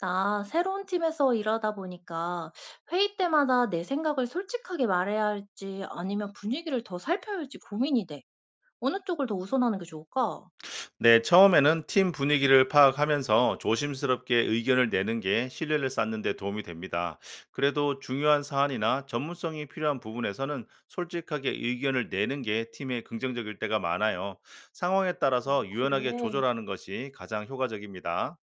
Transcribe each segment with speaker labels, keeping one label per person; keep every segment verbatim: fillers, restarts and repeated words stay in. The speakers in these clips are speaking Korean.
Speaker 1: 나 새로운 팀에서 일하다 보니까 회의 때마다 내 생각을 솔직하게 말해야 할지 아니면 분위기를 더 살펴야 할지 고민이 돼. 어느 쪽을 더 우선하는 게 좋을까?
Speaker 2: 네, 처음에는 팀 분위기를 파악하면서 조심스럽게 의견을 내는 게 신뢰를 쌓는 데 도움이 됩니다. 그래도 중요한 사안이나 전문성이 필요한 부분에서는 솔직하게 의견을 내는 게 팀에 긍정적일 때가 많아요. 상황에
Speaker 1: 아,
Speaker 2: 따라서 유연하게
Speaker 1: 그래.
Speaker 2: 조절하는 것이 가장 효과적입니다.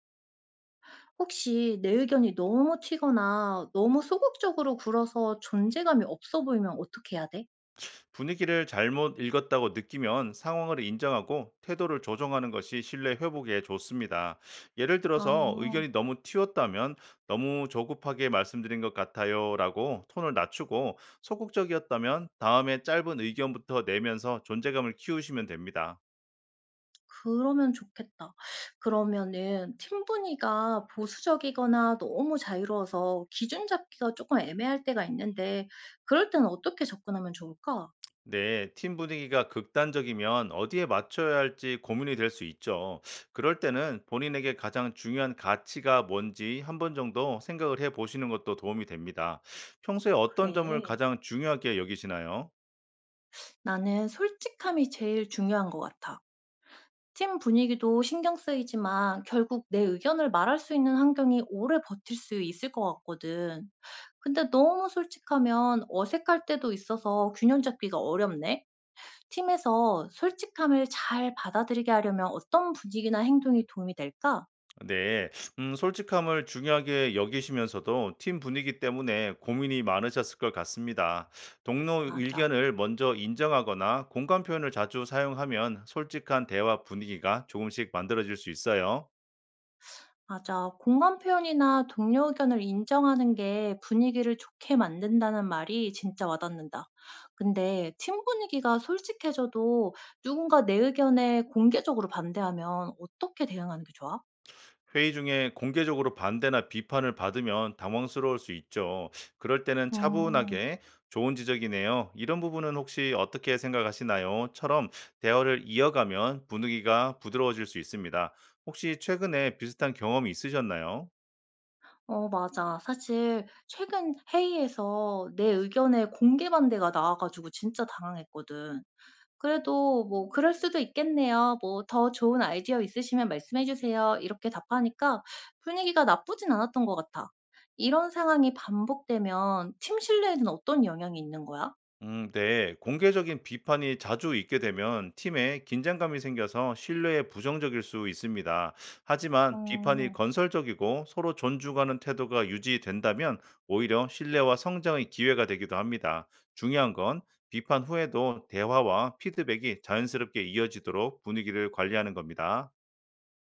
Speaker 1: 혹시 내 의견이 너무 튀거나 너무 소극적으로 굴어서 존재감이 없어 보이면 어떻게 해야 돼?
Speaker 2: 분위기를 잘못 읽었다고 느끼면 상황을 인정하고 태도를 조정하는 것이 신뢰 회복에 좋습니다. 예를 들어서
Speaker 1: 아,
Speaker 2: 의견이 너무 튀었다면 너무 조급하게 말씀드린 것 같아요 라고 톤을 낮추고 소극적이었다면 다음에 짧은 의견부터 내면서 존재감을 키우시면 됩니다.
Speaker 1: 그러면 좋겠다. 그러면은 팀 분위기가 보수적이거나 너무 자유로워서 기준 잡기가 조금 애매할 때가 있는데 그럴 때는 어떻게 접근하면 좋을까?
Speaker 2: 네, 팀 분위기가 극단적이면 어디에 맞춰야 할지 고민이 될 수 있죠. 그럴 때는 본인에게 가장 중요한 가치가 뭔지 한 번 정도 생각을 해 보시는 것도 도움이 됩니다. 평소에 어떤 점을
Speaker 1: 그래.
Speaker 2: 가장 중요하게 여기시나요?
Speaker 1: 나는 솔직함이 제일 중요한 것 같아. 팀 분위기도 신경 쓰이지만 결국 내 의견을 말할 수 있는 환경이 오래 버틸 수 있을 것 같거든. 근데 너무 솔직하면 어색할 때도 있어서 균형 잡기가 어렵네. 팀에서 솔직함을 잘 받아들이게 하려면 어떤 분위기나 행동이 도움이 될까?
Speaker 2: 네, 음, 솔직함을 중요하게 여기시면서도 팀 분위기 때문에 고민이 많으셨을 것 같습니다. 동료
Speaker 1: 맞아.
Speaker 2: 의견을 먼저 인정하거나 공감 표현을 자주 사용하면 솔직한 대화 분위기가 조금씩 만들어질 수 있어요.
Speaker 1: 맞아. 공감 표현이나 동료 의견을 인정하는 게 분위기를 좋게 만든다는 말이 진짜 와닿는다. 근데 팀 분위기가 솔직해져도 누군가 내 의견에 공개적으로 반대하면 어떻게 대응하는 게 좋아?
Speaker 2: 회의 중에 공개적으로 반대나 비판을 받으면 당황스러울 수 있죠. 그럴 때는
Speaker 1: 음,
Speaker 2: 차분하게 좋은 지적이네요. 이런 부분은 혹시 어떻게 생각하시나요? 처럼 대화를 이어가면 분위기가 부드러워질 수 있습니다. 혹시 최근에 비슷한 경험이 있으셨나요?
Speaker 1: 어, 맞아. 사실 최근 회의에서 내 의견에 공개 반대가 나와가지고 진짜 당황했거든. 그래도 뭐 "그럴 수도 있겠네요. 뭐 더 좋은 아이디어 있으시면 말씀해 주세요." 이렇게 답하니까 분위기가 나쁘진 않았던 것 같아. 이런 상황이 반복되면 팀 신뢰에는 어떤 영향이 있는 거야?
Speaker 2: 음, 네. 공개적인 비판이 자주 있게 되면 팀에 긴장감이 생겨서 신뢰에 부정적일 수 있습니다. 하지만 비판이
Speaker 1: 어.
Speaker 2: 건설적이고 서로 존중하는 태도가 유지된다면 오히려 신뢰와 성장의 기회가 되기도 합니다. 중요한 건 비판 후에도 대화와 피드백이 자연스럽게 이어지도록 분위기를 관리하는 겁니다.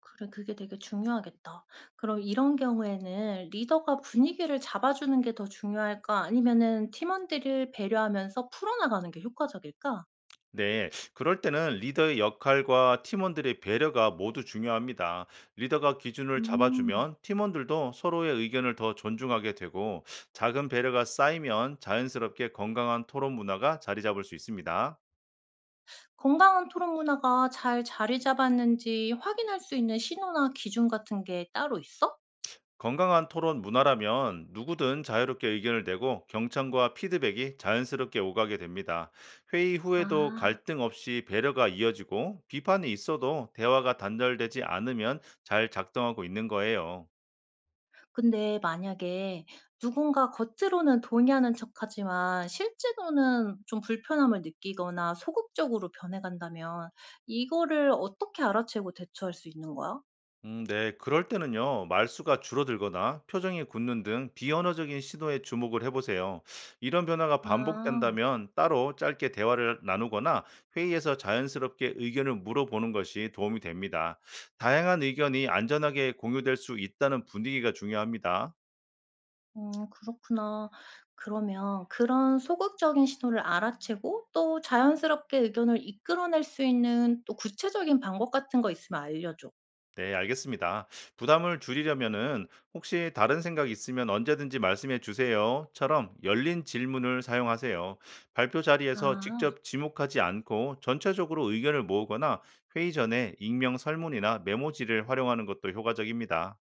Speaker 1: 그래, 그게 되게 중요하겠다. 그럼 이런 경우에는 리더가 분위기를 잡아주는 게 더 중요할까? 아니면은 팀원들을 배려하면서 풀어나가는 게 효과적일까?
Speaker 2: 네, 그럴 때는 리더의 역할과 팀원들의 배려가 모두 중요합니다. 리더가 기준을
Speaker 1: 음.
Speaker 2: 잡아주면 팀원들도 서로의 의견을 더 존중하게 되고 작은 배려가 쌓이면 자연스럽게 건강한 토론 문화가 자리 잡을 수 있습니다.
Speaker 1: 건강한 토론 문화가 잘 자리 잡았는지 확인할 수 있는 신호나 기준 같은 게 따로 있어?
Speaker 2: 건강한 토론 문화라면 누구든 자유롭게 의견을 내고 경청과 피드백이 자연스럽게 오가게 됩니다. 회의 후에도
Speaker 1: 아,
Speaker 2: 갈등 없이 배려가 이어지고 비판이 있어도 대화가 단절되지 않으면 잘 작동하고 있는 거예요.
Speaker 1: 근데 만약에 누군가 겉으로는 동의하는 척하지만 실제로는 좀 불편함을 느끼거나 소극적으로 변해간다면 이거를 어떻게 알아채고 대처할 수 있는 거야?
Speaker 2: 음, 네. 그럴 때는요, 말수가 줄어들거나 표정이 굳는 등 비언어적인 시도에 주목을 해보세요. 이런 변화가
Speaker 1: 아.
Speaker 2: 반복된다면 따로 짧게 대화를 나누거나 회의에서 자연스럽게 의견을 물어보는 것이 도움이 됩니다. 다양한 의견이 안전하게 공유될 수 있다는 분위기가 중요합니다.
Speaker 1: 음, 그렇구나. 그러면 그런 소극적인 신호를 알아채고 또 자연스럽게 의견을 이끌어낼 수 있는 또 구체적인 방법 같은 거 있으면 알려줘.
Speaker 2: 네, 알겠습니다. 부담을 줄이려면은 혹시 다른 생각 있으면 언제든지 말씀해 주세요.처럼 열린 질문을 사용하세요. 발표 자리에서
Speaker 1: 아.
Speaker 2: 직접 지목하지 않고 전체적으로 의견을 모으거나 회의 전에 익명 설문이나 메모지를 활용하는 것도 효과적입니다.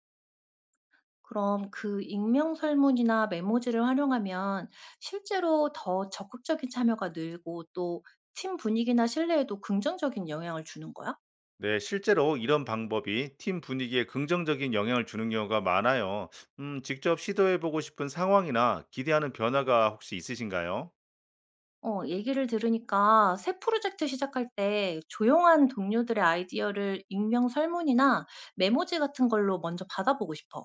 Speaker 1: 그럼 그 익명 설문이나 메모지를 활용하면 실제로 더 적극적인 참여가 늘고 또 팀 분위기나 신뢰에도 긍정적인 영향을 주는 거야?
Speaker 2: 네, 실제로 이런 방법이 팀 분위기에 긍정적인 영향을 주는 경우가 많아요. 음, 직접 시도해 보고 싶은 상황이나 기대하는 변화가 혹시 있으신가요?
Speaker 1: 어, 얘기를 들으니까 새 프로젝트 시작할 때 조용한 동료들의 아이디어를 익명 설문이나 메모지 같은 걸로 먼저 받아보고 싶어.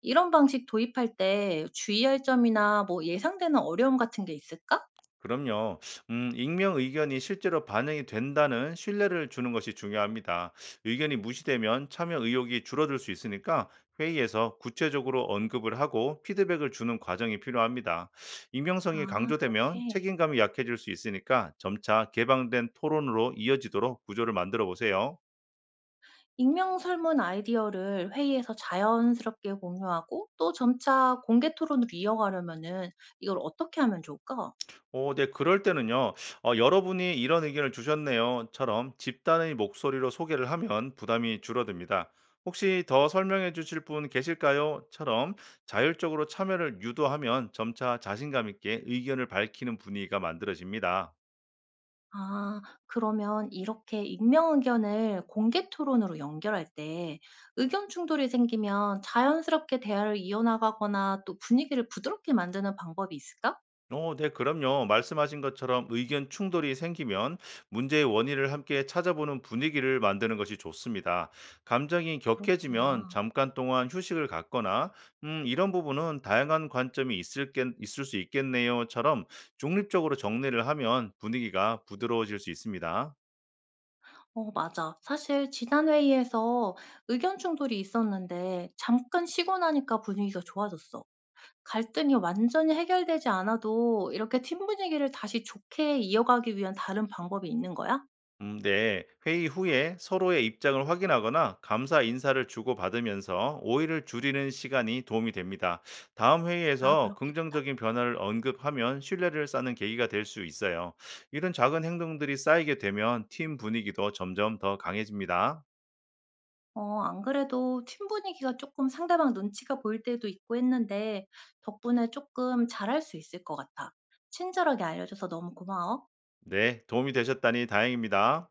Speaker 1: 이런 방식 도입할 때 주의할 점이나 뭐 예상되는 어려움 같은 게 있을까?
Speaker 2: 그럼요. 음, 익명 의견이 실제로 반영이 된다는 신뢰를 주는 것이 중요합니다. 의견이 무시되면 참여 의욕이 줄어들 수 있으니까 회의에서 구체적으로 언급을 하고 피드백을 주는 과정이 필요합니다. 익명성이
Speaker 1: 아,
Speaker 2: 강조되면
Speaker 1: 그렇게.
Speaker 2: 책임감이 약해질 수 있으니까 점차 개방된 토론으로 이어지도록 구조를 만들어 보세요.
Speaker 1: 익명 설문 아이디어를 회의에서 자연스럽게 공유하고 또 점차 공개 토론으로 이어가려면은 이걸 어떻게 하면 좋을까?
Speaker 2: 어 네. 그럴 때는요. 어 "여러분이 이런 의견을 주셨네요."처럼 집단의 목소리로 소개를 하면 부담이 줄어듭니다. "혹시 더 설명해 주실 분 계실까요?"처럼 자율적으로 참여를 유도하면 점차 자신감 있게 의견을 밝히는 분위기가 만들어집니다.
Speaker 1: 아, 그러면 이렇게 익명 의견을 공개 토론으로 연결할 때 의견 충돌이 생기면 자연스럽게 대화를 이어나가거나 또 분위기를 부드럽게 만드는 방법이 있을까?
Speaker 2: 어, 네, 그럼요. 말씀하신 것처럼 의견 충돌이 생기면 문제의 원인을 함께 찾아보는 분위기를 만드는 것이 좋습니다. 감정이 격해지면
Speaker 1: 그렇구나.
Speaker 2: 잠깐 동안 휴식을 갖거나, 음, 이런 부분은 다양한 관점이 있을, 게, 있을 수 있겠네요처럼 중립적으로 정리를 하면 분위기가 부드러워질 수 있습니다.
Speaker 1: 어, 맞아. 사실 지난 회의에서 의견 충돌이 있었는데 잠깐 쉬고 나니까 분위기가 좋아졌어. 갈등이 완전히 해결되지 않아도 이렇게 팀 분위기를 다시 좋게 이어가기 위한 다른 방법이 있는 거야?
Speaker 2: 음, 네. 회의 후에 서로의 입장을 확인하거나 감사 인사를 주고받으면서 오해를 줄이는 시간이 도움이 됩니다. 다음
Speaker 1: 아,
Speaker 2: 회의에서
Speaker 1: 그렇겠다.
Speaker 2: 긍정적인 변화를 언급하면 신뢰를 쌓는 계기가 될 수 있어요. 이런 작은 행동들이 쌓이게 되면 팀 분위기도 점점 더 강해집니다.
Speaker 1: 어, 안 그래도 팀 분위기가 조금 상대방 눈치가 보일 때도 있고 했는데 덕분에 조금 잘할 수 있을 것 같아. 친절하게 알려줘서 너무 고마워.
Speaker 2: 네, 도움이 되셨다니 다행입니다.